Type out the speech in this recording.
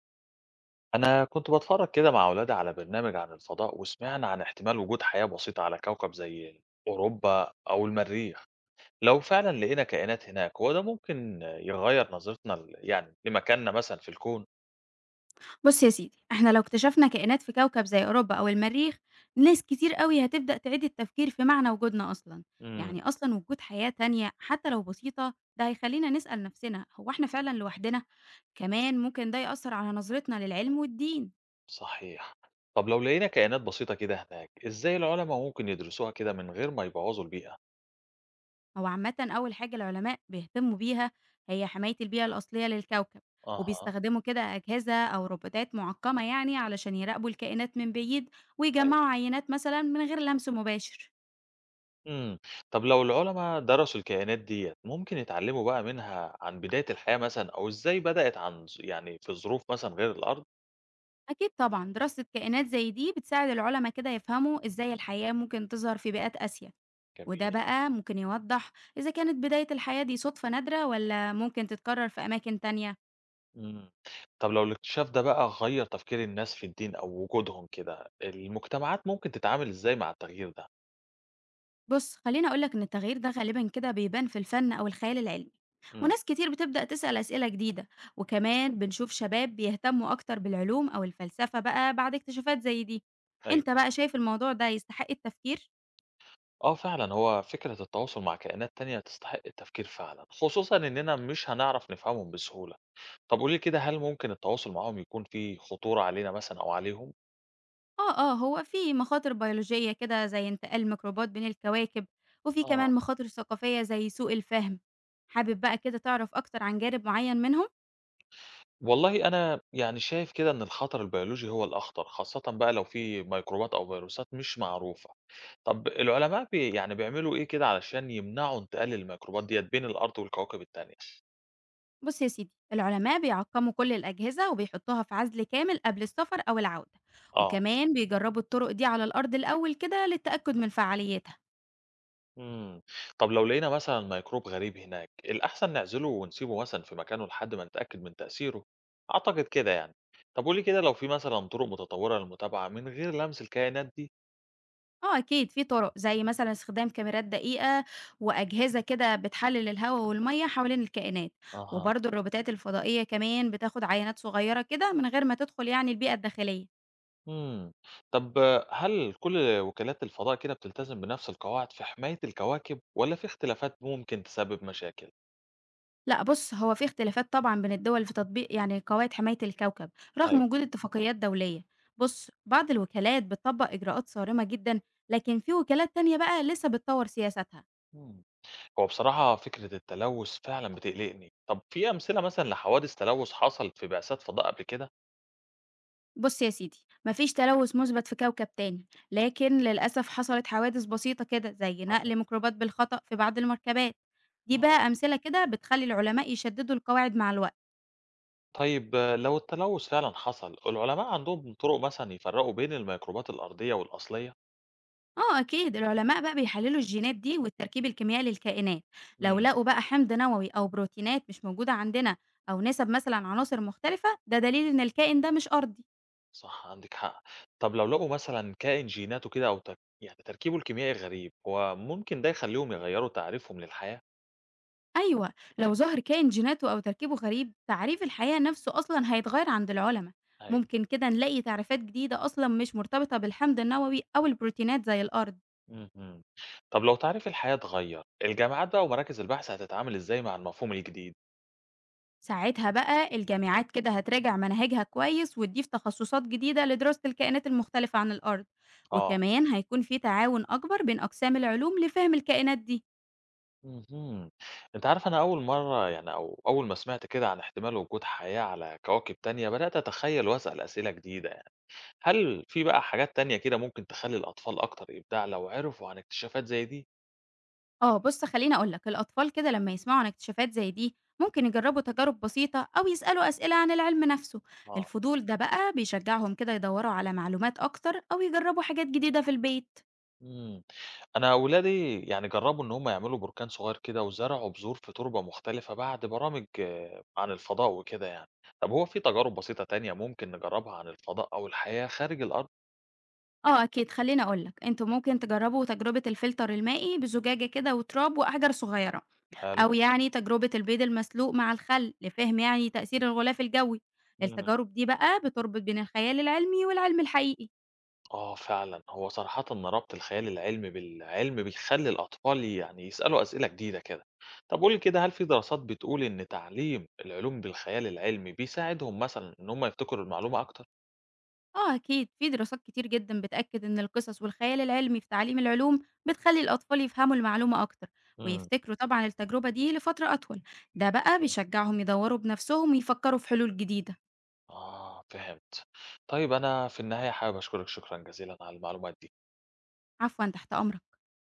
أنا كنت بتفرج كده مع أولادي على برنامج عن الفضاء وسمعنا عن احتمال وجود حياة بسيطة على كوكب زي أوروبا أو المريخ، لو فعلا لقينا كائنات هناك هو ده ممكن يغير نظرتنا لمكاننا مثلا في الكون؟ بص يا سيدي احنا لو اكتشفنا كائنات في كوكب زي اوروبا او المريخ، ناس كتير قوي هتبدأ تعيد التفكير في معنى وجودنا اصلا. امم يعني اصلا وجود حياة تانية حتى لو بسيطة ده هيخلينا نسأل نفسنا هو احنا فعلا لوحدنا. كمان ممكن ده يأثر على نظرتنا للعلم والدين. صحيح، طب لو لقينا كائنات بسيطة كده هناك، إزاي العلماء ممكن يدرسوها كده من غير ما يبوظوا البيئة؟ هو عامة اول حاجة العلماء بيهتموا بيها هي حماية البيئة الأصلية للكوكب. أها وبيستخدموا كده أجهزة أو روبوتات معقمة يعني علشان يراقبوا الكائنات من بعيد، أيوة ويجمعوا عينات مثلا من غير لمس مباشر. امم طب لو العلماء درسوا الكائنات ديت ممكن يتعلموا بقى منها عن بداية الحياة مثلا أو إزاي بدأت عن في ظروف مثلا غير الأرض؟ أكيد طبعا دراسة كائنات زي دي بتساعد العلماء كده يفهموا إزاي الحياة ممكن تظهر في بيئات قاسية. وده جميل. بقى ممكن يوضح إذا كانت بداية الحياة دي صدفة نادرة ولا ممكن تتكرر في أماكن تانية. إمم. طب لو الاكتشاف ده بقى غيّر تفكير الناس في الدين أو وجودهم كده، المجتمعات ممكن تتعامل إزاي مع التغيير ده؟ بص خليني أقولك إن التغيير ده غالبا كده بيبان في الفن أو الخيال العلمي. إمم. وناس كتير بتبدأ تسأل أسئلة جديدة، وكمان بنشوف شباب بيهتموا أكتر بالعلوم أو الفلسفة بقى بعد اكتشافات زي دي. أنت أيوه. بقى شايف الموضوع ده يستحق التفكير؟ آه فعلًا، هو فكرة التواصل مع كائنات تانية تستحق التفكير فعلًا، خصوصًا إننا مش هنعرف نفهمهم بسهولة. طب قولي لي كده، هل ممكن التواصل معاهم يكون فيه خطورة علينا مثلًا أو عليهم؟ آه، آه، هو في مخاطر بيولوجية كده زي انتقال ميكروبات بين الكواكب، وفي آه. كمان مخاطر ثقافية زي سوء الفهم. حابب بقى كده تعرف أكتر عن جانب معين منهم؟ والله أنا يعني شايف كده إن الخطر البيولوجي هو الأخطر، خاصةً بقى لو في ميكروبات أو فيروسات مش معروفة. طب العلماء بي يعني بيعملوا إيه كده علشان يمنعوا انتقال الميكروبات ديّة بين الأرض والكواكب التانية؟ بص يا سيدي، العلماء بيعقموا كل الأجهزة وبيحطوها في عزل كامل قبل السفر أو العودة، آه، وكمان بيجربوا الطرق دي على الأرض الأول كده للتأكد من فعاليتها. إمم، طب لو لقينا مثلًا ميكروب غريب هناك، الأحسن نعزله ونسيبه مثلًا في مكانه لحد ما نتأكد من تأثيره؟ أعتقد كده يعني. طب قُل لي كده لو في مثلًا طرق متطورة للمتابعة من غير لمس الكائنات دي؟ آه أكيد في طرق، زي مثلًا استخدام كاميرات دقيقة وأجهزة كده بتحلل الهوا والمَيّة حوالين الكائنات، أها، وبرضه الروبوتات الفضائية كمان بتاخد عينات صغيرة كده من غير ما تدخل يعني البيئة الداخلية. إمم، طب هل كل وكالات الفضاء كده بتلتزم بنفس القواعد في حماية الكواكب والّا في اختلافات ممكن تسبب مشاكل؟ لأ بُص، هو في اختلافات طبعًا بين الدول في تطبيق يعني قواعد حماية الكوكب، رغم أيوه، وجود اتفاقيات دولية. بُص، بعض الوكالات بتطبق إجراءات صارمة جدًا، لكن في وكالات تانية بقى لسه بتطور سياساتها. إمم. هو بصراحة فكرة التلوث فعلًا بتقلقني. طب في أمثلة مثلًا لحوادث تلوث حصلت في بعثات فضاء قبل كده؟ بُص يا سيدي، ما فيش تلوث مُثبت في كوكب تاني، لكن للأسف حصلت حوادث بسيطة كده زي أها. نقل ميكروبات بالخطأ في بعض المركبات. دي بقى آه. أمثلة كده بتخلّي العلماء يشدّدوا القواعد مع الوقت. طيب آه، لو التلوث فعلًا حصل، العلماء عندهم طرق مثلًا يفرقوا بين الميكروبات الأرضية والأصلية؟ آه أكيد، العلماء بقى بيحلّلوا الجينات دي والتركيب الكيميائي للكائنات، لو امم. لقوا بقى حمض نووي أو بروتينات مش موجودة عندنا أو نسب مثلًا عناصر مختلفة، ده دليل إن الكائن ده مش أرضي. صح، عندِك حق. طب لو لقوا مثلًا كائن جيناته كده أو تر يعني تركيبه الكيميائي غريب، هو ممكن ده يخليهم يغيروا تعريفهم للحياة؟ أيوه، لو ظهر كائن جيناته أو تركيبه غريب، تعريف الحياة نفسه أصلًا هيتغير عند العلما، أيوه. ممكن كده نلاقي تعريفات جديدة أصلًا مش مرتبطة بالحمض النووي أو البروتينات زي الأرض. اهم. طب لو تعريف الحياة اتغير، الجامعات بقى ومراكز البحث هتتعامل إزاي مع المفهوم الجديد؟ ساعتها بقى الجامعات كده هتراجع مناهجها كويس وتضيف تخصصات جديدة لدراسة الكائنات المختلفة عن الأرض، آه. وكمان هيكون في تعاون أكبر بين أقسام العلوم لفهم الكائنات دي. اهم. أنت عارف أنا أول مرّة يعني أو أول ما سمعت كده عن احتمال وجود حياة على كواكب تانية، بدأت أتخيّل وأسأل أسئلة جديدة يعني. هل في بقى حاجات تانية كده ممكن تخلّي الأطفال أكتر إبداع لو عرفوا عن اكتشافات زي دي؟ آه بُص خلّيني أقول لك، الأطفال كده لمّا يسمعوا عن اكتشافات زي دي ممكن يجربوا تجارب بسيطة أو يسألوا أسئلة عن العلم نفسه، آه. الفضول ده بقى بيشجعهم كده يدوروا على معلومات أكتر أو يجربوا حاجات جديدة في البيت. إمم. أنا ولادي يعني جرّبوا إن هم يعملوا بركان صغير كده وزرعوا بذور في تربة مختلفة بعد برامج آه، عن الفضاء وكده يعني. طب هو في تجارب بسيطة تانية ممكن نجرّبها عن الفضاء أو الحياة خارج الأرض؟ آه أكيد خلّيني أقول لك، أنتم ممكن تجربوا تجربة الفلتر المائي بزجاجة كده وتراب وأحجار صغيرة، حلو. أو يعني تجربة البيض المسلوق مع الخل لفهم يعني تأثير الغلاف الجوي. إمم. التجارب دي بقى بتربط بين الخيال العلمي والعلم الحقيقي. آه فعلًا، هو صراحةً أنا ربط الخيال العلمي بالعلم بيخلّي الأطفال يعني يسألوا أسئلة جديدة كده. طب قُل لي كده، هل في دراسات بتقول إن تعليم العلوم بالخيال العلمي بيساعدهم مثلًا إن هم يفتكروا المعلومة أكتر؟ آه أكيد في دراسات كتير جدا بتأكد إن القصص والخيال العلمي في تعليم العلوم بتخلي الأطفال يفهموا المعلومة أكتر، إمم، ويفتكروا طبعا التجربة دي لفترة أطول. ده بقى إمم. بيشجعهم يدوروا بنفسهم ويفكروا في حلول جديدة. آه فهمت. طيب أنا في النهاية حابب أشكرك شكرًا جزيلًا على المعلومات دي. عفوا تحت أمرك.